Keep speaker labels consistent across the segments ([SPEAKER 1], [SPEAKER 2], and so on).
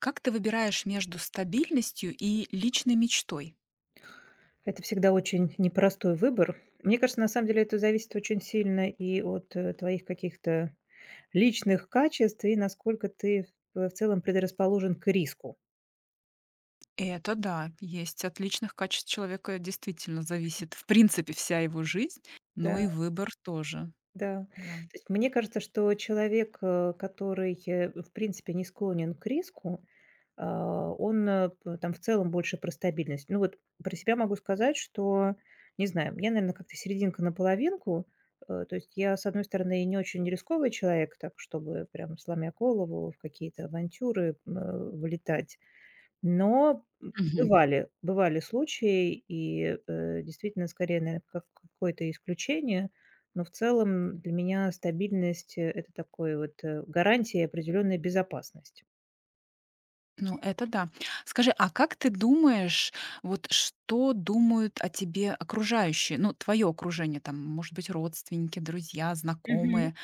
[SPEAKER 1] Как ты выбираешь между стабильностью и личной мечтой?
[SPEAKER 2] Это всегда очень непростой выбор. Мне кажется, на самом деле это зависит очень сильно и от твоих каких-то личных качеств, и насколько ты в целом предрасположен к риску.
[SPEAKER 1] Это да, есть от личных качеств человека действительно зависит, в принципе, вся его жизнь, но
[SPEAKER 2] Да,
[SPEAKER 1] и выбор тоже,
[SPEAKER 2] да. То
[SPEAKER 1] да.
[SPEAKER 2] есть мне кажется, что человек, который, в принципе, не склонен к риску. А, он, э, п там в целом больше про стабильность. Ну вот про себя могу сказать, что, не знаю, я, наверное, как-то серединка на половинку. То есть я, с одной стороны, и не очень рисковый человек, так, чтобы прям сломя голову в какие-то авантюры, влетать. Но,
[SPEAKER 1] Мгм.
[SPEAKER 2] бывали случаи, и, действительно, скорее, наверное, как какое-то исключение. Но в целом для меня стабильность- это такой вот, гарантия и определенная безопасность.
[SPEAKER 1] Ну, это да. Скажи, а как ты думаешь, вот что думают о тебе окружающие? Ну, твое окружение, там, может быть, родственники, друзья, знакомые.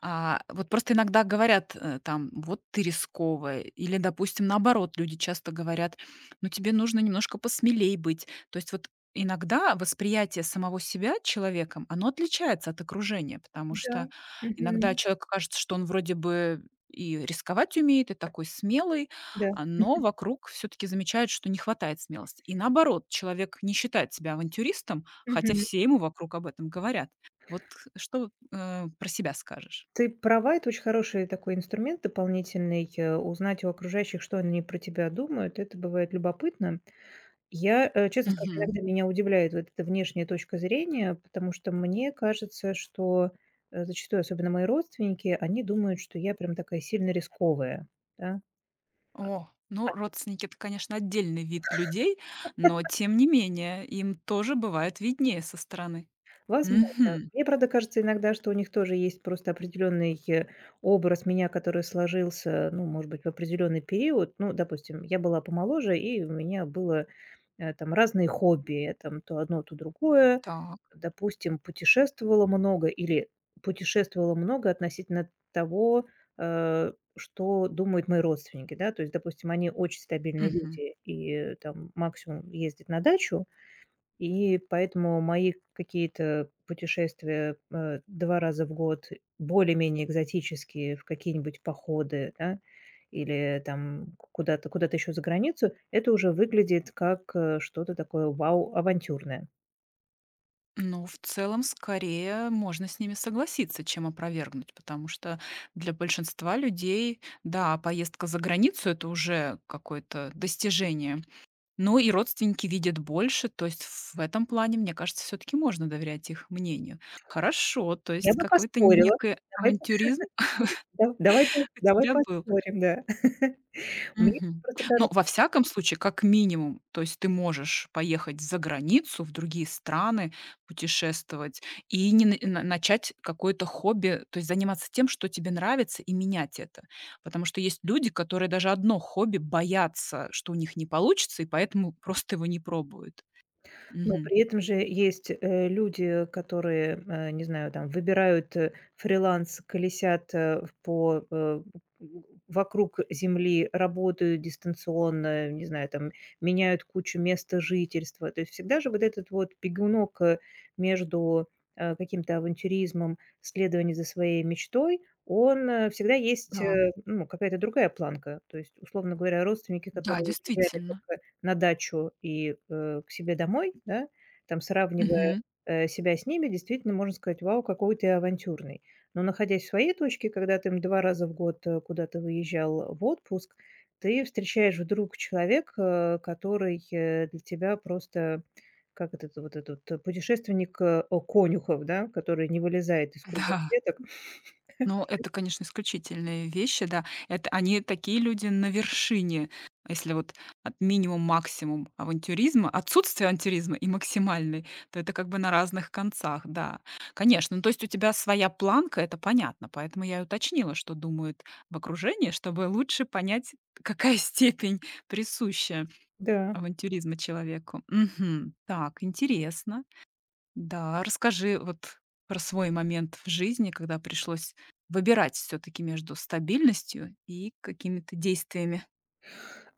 [SPEAKER 1] А, вот просто иногда говорят, там: "Вот ты рисковая". Или, допустим, наоборот, люди часто говорят: "Ну, тебе нужно немножко посмелей быть". То есть вот иногда восприятие самого себя человеком, оно отличается от окружения, потому
[SPEAKER 2] Да,
[SPEAKER 1] что иногда
[SPEAKER 2] мгм,
[SPEAKER 1] человеку кажется, что он вроде бы и рисковать умеет, и такой смелый,
[SPEAKER 2] да,
[SPEAKER 1] но вокруг все таки замечают, что не хватает смелости. И наоборот, человек не считает себя авантюристом, хотя
[SPEAKER 2] мгм.
[SPEAKER 1] все ему вокруг об этом говорят. Вот что, про себя скажешь?
[SPEAKER 2] Ты права, это очень хороший такой инструмент дополнительный. Узнать у окружающих, что они про тебя думают, это бывает любопытно. Я, честно скажу,
[SPEAKER 1] Мгм.
[SPEAKER 2] иногда меня удивляет вот эта внешняя точка зрения, потому что мне кажется, что зачастую, особенно мои родственники, они думают, что я прям такая сильно рисковая, да.
[SPEAKER 1] О, ну, родственники — это, конечно, отдельный вид людей, но тем не менее им тоже бывает виднее со стороны.
[SPEAKER 2] Возможно.
[SPEAKER 1] Мгм.
[SPEAKER 2] Мне, правда, кажется иногда, что у них тоже есть просто определенный, образ меня, который сложился, ну, может быть, в определенный период. Ну, допустим, я была помоложе, и у меня было, там разные хобби. Я там то одно, то другое.
[SPEAKER 1] Так.
[SPEAKER 2] Допустим, путешествовала много или путешествовала много относительно того, что думают мои родственники, да. То есть, допустим, они очень стабильные
[SPEAKER 1] Мгм.
[SPEAKER 2] люди и там максимум ездят на дачу. И поэтому мои какие-то путешествия, 2 раза в год, более-менее экзотические, в какие-нибудь походы, да, или там куда-то еще за границу, это уже выглядит как, что-то такое вау авантюрное.
[SPEAKER 1] Ну, в целом, скорее можно с ними согласиться, чем опровергнуть, потому что для большинства людей, да, поездка за границу — это уже какое-то достижение. Но и родственники видят больше, то есть в этом плане, мне кажется, все таки можно доверять их мнению. Хорошо, то
[SPEAKER 2] Я
[SPEAKER 1] есть
[SPEAKER 2] бы
[SPEAKER 1] какой-то
[SPEAKER 2] поспорила.
[SPEAKER 1] некий
[SPEAKER 2] Давай пос
[SPEAKER 1] авантюризм
[SPEAKER 2] да давай пос
[SPEAKER 1] у
[SPEAKER 2] давай
[SPEAKER 1] тебя был.
[SPEAKER 2] поспорим, да. Мне
[SPEAKER 1] Мгм.
[SPEAKER 2] просто
[SPEAKER 1] Но
[SPEAKER 2] кажется.
[SPEAKER 1] во всяком случае, как минимум, то есть ты можешь поехать за границу, в другие страны, путешествовать и не на на начать какое-то хобби, то есть заниматься тем, что тебе нравится, и менять это. Потому что есть люди, которые даже одно хобби боятся, что у них не получится, и поэтому просто его не пробуют.
[SPEAKER 2] Но
[SPEAKER 1] Мгм.
[SPEAKER 2] при этом же есть, люди, которые, не знаю, там выбирают, фриланс, колесят, по, вокруг земли, работают дистанционно, не знаю, там меняют кучу места жительства. То есть всегда же вот этот вот бегунок, между, каким-то авантюризмом, следование за своей мечтой, он, всегда есть,
[SPEAKER 1] Да,
[SPEAKER 2] ну, какая-то другая планка. То есть, условно говоря, родственники,
[SPEAKER 1] да,
[SPEAKER 2] которые уезжали
[SPEAKER 1] действительно.
[SPEAKER 2] только на дачу и, к себе домой, да, там сравнивая,
[SPEAKER 1] Мгм.
[SPEAKER 2] себя с ними, действительно можно сказать: "Вау, какой ты авантюрный". Но находясь в своей точке, когда ты, 2 раза в год, куда-то выезжал в отпуск, ты встречаешь вдруг человека, который, для тебя просто как этот путешественник, Конюхов, да, который не вылезает из круга
[SPEAKER 1] Да.
[SPEAKER 2] клеток.
[SPEAKER 1] Ну, это, конечно, исключительные вещи, да. Это они такие люди на вершине, если вот от минимум максимум авантюризма, отсутствие авантюризма и максимальный, то это как бы на разных концах, да. Конечно, ну, то есть у тебя своя планка, это понятно, поэтому я и уточнила, что думают в окружении, чтобы лучше понять, какая степень присуща
[SPEAKER 2] Да.
[SPEAKER 1] авантюризма человеку. Мгм. Так, интересно. Да, расскажи вот про свой момент в жизни, когда пришлось выбирать все таки между стабильностью и какими-то действиями.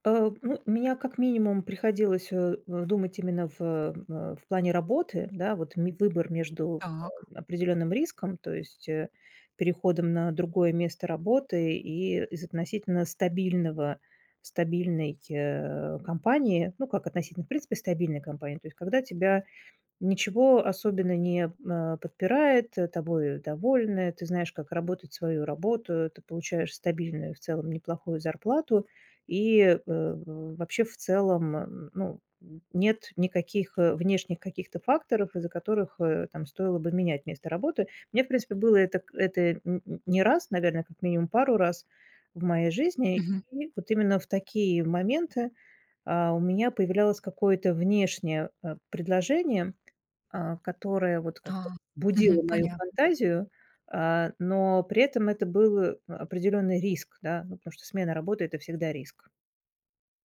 [SPEAKER 2] Ну, меня как минимум приходилось, думать именно в плане работы, да, вот ме выбор между,
[SPEAKER 1] Так.
[SPEAKER 2] определенным риском, то есть, переходом на другое место работы и из относительно стабильного стабильной, компании, ну, как относительно, в принципе, стабильной компании. То есть когда тебя ничего особенно не, подпирает, тобой довольны, ты знаешь, как работать свою работу, ты получаешь стабильную, в целом неплохую зарплату и, вообще в целом, ну, нет никаких, внешних каких-то факторов, из-за которых, там стоило бы менять место работы. Мне, в принципе, было это к это н н не раз, наверное, как минимум пару раз в моей жизни.
[SPEAKER 1] Мгм.
[SPEAKER 2] И вот именно в такие моменты, у меня появлялось какое-то внешнее, предложение, которая вот как-то
[SPEAKER 1] А.
[SPEAKER 2] будила
[SPEAKER 1] Мгм.
[SPEAKER 2] мою
[SPEAKER 1] Понятно.
[SPEAKER 2] фантазию, но при этом это был, определенный риск, да. Ну, потому что смена работы- это всегда риск.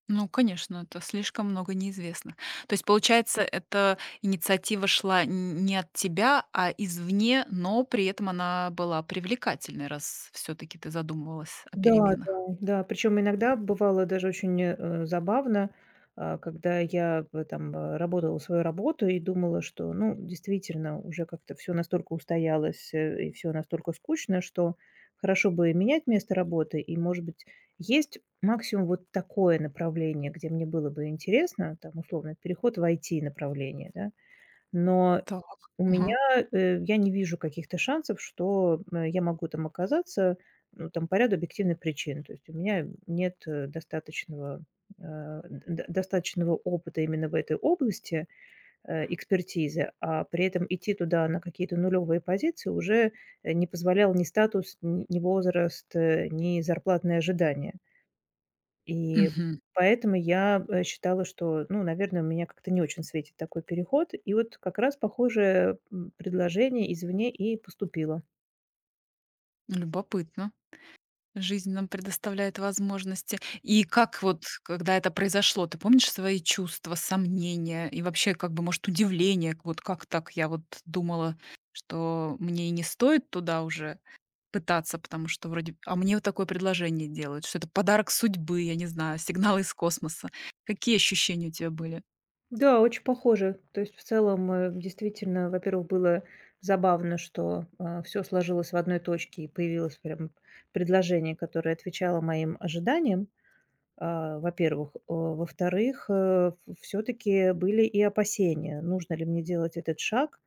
[SPEAKER 1] Ну, конечно, это слишком много неизвестных. То есть, получается, эта инициатива шла н не от тебя, а извне, но при этом она была привлекательной, раз все таки ты задумывалась о
[SPEAKER 2] Да,
[SPEAKER 1] переменах.
[SPEAKER 2] да, да. Причем иногда бывало даже очень, забавно, когда я работала свою работу и думала, что, ну, действительно, уже как-то все настолько устоялось, и все настолько скучно, что хорошо бы менять место работы. И, может быть, есть максимум вот такое направление, где мне было бы интересно, там, условно, переход в IT-направление, да. Но
[SPEAKER 1] Так. Ага.
[SPEAKER 2] я не вижу каких-то шансов, что, я могу там оказаться, ну, там, по ряду объективных причин. То есть у меня нет, достаточного, э, д д- достаточного опыта именно в этой области, экспертизы, а при этом идти туда на какие-то нулевые позиции уже, не позволял ни статус, н ни возраст, ни зарплатные ожидания. И
[SPEAKER 1] Мгм.
[SPEAKER 2] поэтому я, считала, что, ну, наверное, у меня как-то не очень светит такой переход. И вот как раз похожее, предложение извне и поступило.
[SPEAKER 1] Любопытно. Жизнь нам предоставляет возможности. И как вот, когда это произошло, ты помнишь свои чувства, сомнения и вообще, как бы, может, удивление? Вот как так? Я вот думала, что мне и не стоит туда уже пытаться, потому что вроде мне вот такое предложение делают, что это подарок судьбы, я не знаю, сигнал из космоса. Какие ощущения у тебя были?
[SPEAKER 2] Да, очень похоже. То есть в целом, действительно, во-первых, было забавно, что, все сложилось в одной точке и появилось прям предложение, которое отвечало моим ожиданиям. Во-первых. Во-вторых, все таки были и опасения: нужно ли мне делать этот шаг,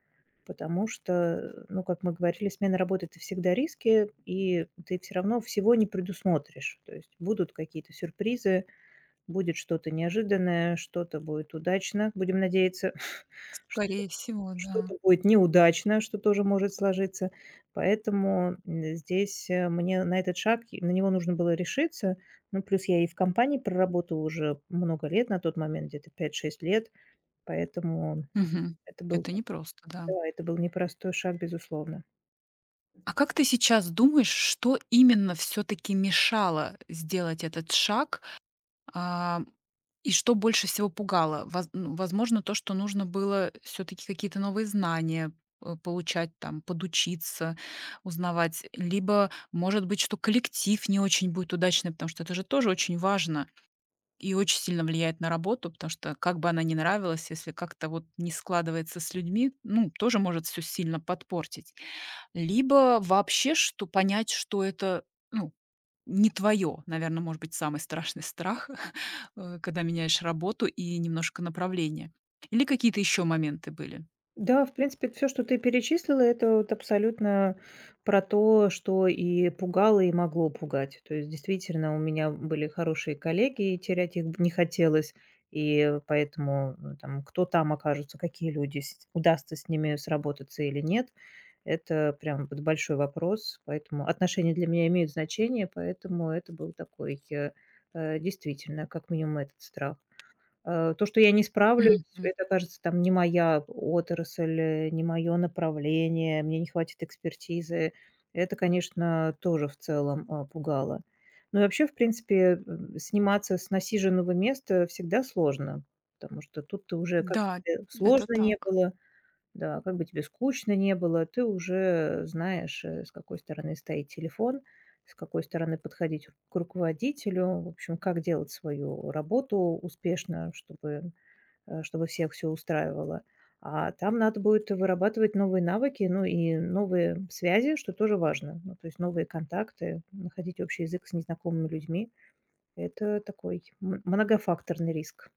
[SPEAKER 2] потому что, ну, как мы говорили, смена работы- это всегда риски, и ты все равно всего не предусмотришь. То есть будут какие-то сюрпризы, будет что-то неожиданное, что-то будет удачно, будем надеяться.
[SPEAKER 1] Скорее всего, да.
[SPEAKER 2] Что-то будет неудачно, что тоже может сложиться. Поэтому, здесь, мне на этот шаг и на него нужно было решиться. Ну, плюс я и в компании проработала уже много лет на тот момент, где-то 5-6 лет, поэтому
[SPEAKER 1] Мгм.
[SPEAKER 2] это был,
[SPEAKER 1] Это непросто, да.
[SPEAKER 2] да, это был непростой шаг, безусловно.
[SPEAKER 1] А как ты сейчас думаешь, что именно все-таки мешало сделать этот шаг, А, и что больше всего пугало? Воз Ну, возможно, то, что нужно было все таки какие-то новые знания, получать, там, подучиться, узнавать. Либо, может быть, что коллектив не очень будет удачный, потому что это же тоже очень важно и очень сильно влияет на работу, потому что как бы она ни нравилась, если как-то вот не складывается с людьми, ну, тоже может все сильно подпортить. Либо вообще, что понять, что это, ну, не твое, наверное, может быть, самый страшный страх, когда меняешь работу и немножко направление. Или какие-то еще моменты были?
[SPEAKER 2] Да, в принципе, все, что ты перечислила, это вот абсолютно про то, что и пугало, и могло пугать. То есть, действительно, у меня были хорошие коллеги, и терять их не хотелось. И поэтому, ну, там, кто там окажется, какие люди, с удастся с ними сработаться или нет, это прям вот большой вопрос. Поэтому отношения для меня имеют значение, поэтому это был такой, действительно, как минимум этот страх. То, что я не справлюсь,
[SPEAKER 1] Мгм.
[SPEAKER 2] это, кажется, там не моя отрасль, не мое направление, мне не хватит экспертизы. Это, конечно, тоже в целом, пугало. Ну и вообще, в принципе, сниматься с насиженного места всегда сложно, потому что тут ты уже, как
[SPEAKER 1] Да,
[SPEAKER 2] бы
[SPEAKER 1] это
[SPEAKER 2] сложно не
[SPEAKER 1] так.
[SPEAKER 2] было да, как бы тебе скучно не было, ты уже знаешь, с какой стороны стоит телефон, с какой стороны подходить к руководителю, в общем, как делать свою работу успешно, чтобы, чтобы всех все устраивало. А там надо будет вырабатывать новые навыки, ну и новые связи, что тоже важно. Ну, то есть новые контакты, находить общий язык с незнакомыми людьми. Это такой многофакторный риск.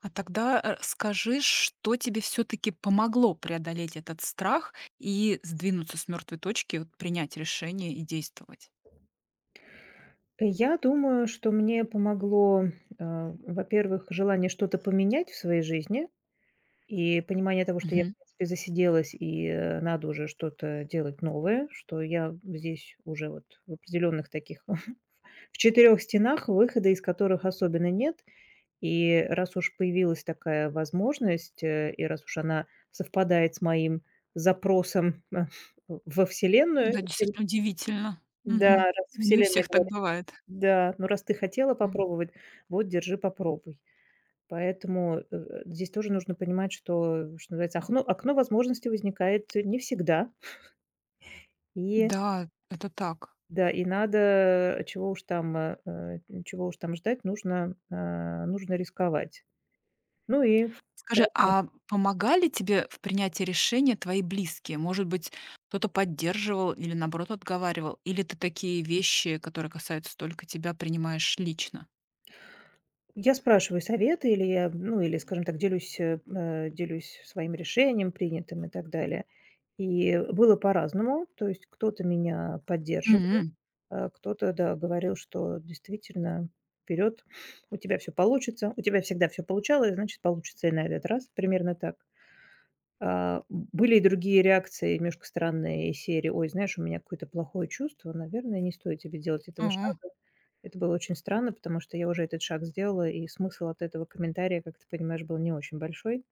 [SPEAKER 1] А тогда, скажи, что тебе все-таки помогло преодолеть этот страх и сдвинуться с мертвой точки, вот принять решение и действовать?
[SPEAKER 2] Я думаю, что мне помогло, во-первых, желание что-то поменять в своей жизни и понимание того, что я,
[SPEAKER 1] Мгм.
[SPEAKER 2] в принципе, засиделась и, надо уже что-то делать новое, что я здесь уже вот в определенных таких в четырех стенах, выхода из которых особенно нет. И раз уж появилась такая возможность, и раз уж она совпадает с моим запросом, во Вселенную,
[SPEAKER 1] Да, действительно удивительно.
[SPEAKER 2] да,
[SPEAKER 1] Мгм.
[SPEAKER 2] раз
[SPEAKER 1] Не у
[SPEAKER 2] Вселенная
[SPEAKER 1] всех так
[SPEAKER 2] говорит,
[SPEAKER 1] бывает.
[SPEAKER 2] да, ну раз ты хотела
[SPEAKER 1] М.
[SPEAKER 2] попробовать, вот держи, попробуй. Поэтому, здесь тоже нужно понимать, что, что называется, окно возможностей возникает не всегда. И
[SPEAKER 1] Да, это так.
[SPEAKER 2] да, и надо, чего уж там ждать, нужно рисковать. Ну и в
[SPEAKER 1] Скажи,
[SPEAKER 2] конце
[SPEAKER 1] а помогали тебе в принятии решения твои близкие? Может быть, кто-то поддерживал или, наоборот, отговаривал? Или ты такие вещи, которые касаются только тебя, принимаешь лично?
[SPEAKER 2] я спрашиваю советы или я, ну, или, скажем так, делюсь своим решением принятым и так далее. И было по-разному. То есть кто-то меня поддерживал.
[SPEAKER 1] М.
[SPEAKER 2] Кто-то, да, говорил, что действительно вперед, у тебя все получится, у тебя всегда все получалось, значит, получится и на этот раз. Примерно так. А, были и другие реакции немножко странные из серии: "Ой, знаешь, у меня какое-то плохое чувство, наверное, не стоит тебе делать
[SPEAKER 1] О.
[SPEAKER 2] этого шага". Это было очень странно, потому что я уже этот шаг сделала, и смысл от этого комментария, как ты понимаешь, был не очень большой.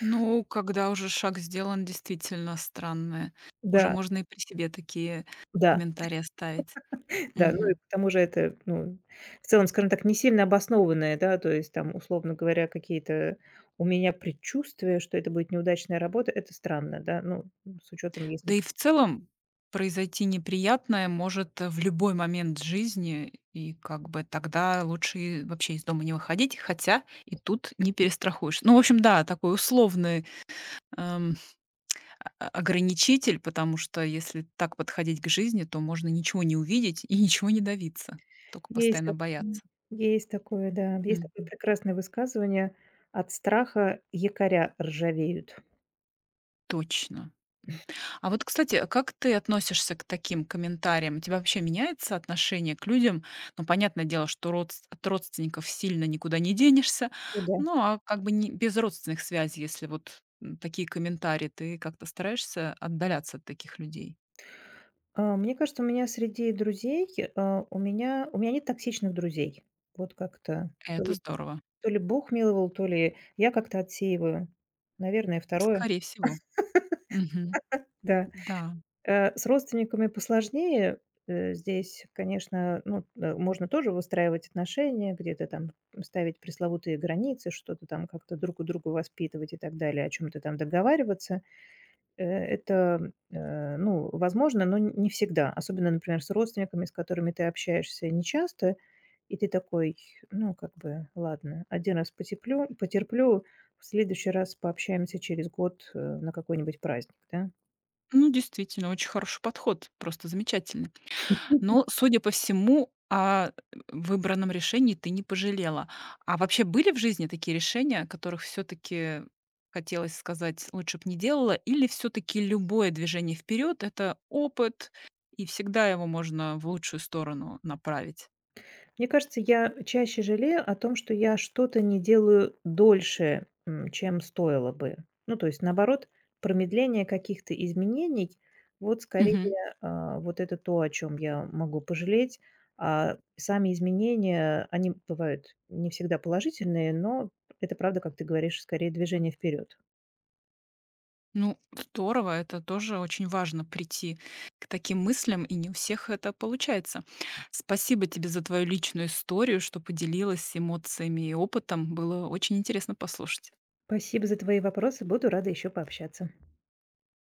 [SPEAKER 1] Ну, когда уже шаг сделан, действительно странное. Уже
[SPEAKER 2] Да,
[SPEAKER 1] можно и при себе такие
[SPEAKER 2] да.
[SPEAKER 1] комментарии оставить.
[SPEAKER 2] Да, ну и к
[SPEAKER 1] Мгм.
[SPEAKER 2] тому же это, ну, в целом, скажем так, не сильно обоснованное, да, то есть там, условно говоря, какие-то у меня предчувствия, что это будет неудачная работа, это странно, да, ну, с учетом,
[SPEAKER 1] Да
[SPEAKER 2] если
[SPEAKER 1] и в целом произойти неприятное может, в любой момент жизни, и как бы тогда лучше и вообще из дома не выходить, хотя и тут не перестрахуешь. Ну, в общем, да, такой условный, эм, о ограничитель, потому что если так подходить к жизни, то можно ничего не увидеть и ничего не давиться только
[SPEAKER 2] есть,
[SPEAKER 1] постоянно
[SPEAKER 2] так- м,
[SPEAKER 1] бояться.
[SPEAKER 2] есть такое, да, есть такое прекрасное высказывание: от страха якоря ржавеют.
[SPEAKER 1] Точно. М. А вот, кстати, а как ты относишься к таким комментариям? У тебя вообще меняется отношение к людям? Ну, понятное дело, что родс от родственников сильно никуда не денешься.
[SPEAKER 2] О, да.
[SPEAKER 1] Ну, а как бы не без родственных связей, если вот, м, такие комментарии, ты как-то стараешься отдаляться от таких людей.
[SPEAKER 2] Мне кажется, у меня среди друзей, а, у меня нет токсичных друзей. Вот как-то
[SPEAKER 1] Это здорово.
[SPEAKER 2] то ли Бог миловал, то ли я как-то отсеиваю. Наверное, второе.
[SPEAKER 1] Скорее всего. Мгм.
[SPEAKER 2] Да.
[SPEAKER 1] Да.
[SPEAKER 2] С родственниками посложнее. Здесь, конечно, ну, можно тоже выстраивать отношения, где-то там ставить пресловутые границы, что-то там как-то друг у друга воспитывать и так далее, о чем то там договариваться. Это, ну, возможно, но не всегда. Особенно, например, с родственниками, с которыми ты общаешься нечасто, и ты такой, ну, как бы, ладно, один раз потеплю потерплю, в следующий раз пообщаемся через год, на какой-нибудь праздник, да?
[SPEAKER 1] Ну, действительно, очень хороший подход, просто замечательный. Но судя по всему, о выбранном решении ты не пожалела. А вообще были в жизни такие решения, о которых все таки хотелось сказать: "Лучше бы не делала"? Или все таки любое движение вперед — это опыт, и всегда его можно в лучшую сторону направить?
[SPEAKER 2] Мне кажется, я чаще жалею о том, что я что-то не делаю дольше, чем стоило бы. Ну, то есть, наоборот, промедление каких-то изменений, вот скорее
[SPEAKER 1] Мгм.
[SPEAKER 2] вот это то, о чем я могу пожалеть. А сами изменения, они бывают не всегда положительные, но это правда, как ты говоришь, скорее движение вперед.
[SPEAKER 1] Ну, здорово, это тоже очень важно — прийти к таким мыслям, и не у всех это получается. Спасибо тебе за твою личную историю, что поделилась эмоциями и опытом. Было очень интересно послушать.
[SPEAKER 2] Спасибо за твои вопросы, буду рада еще пообщаться.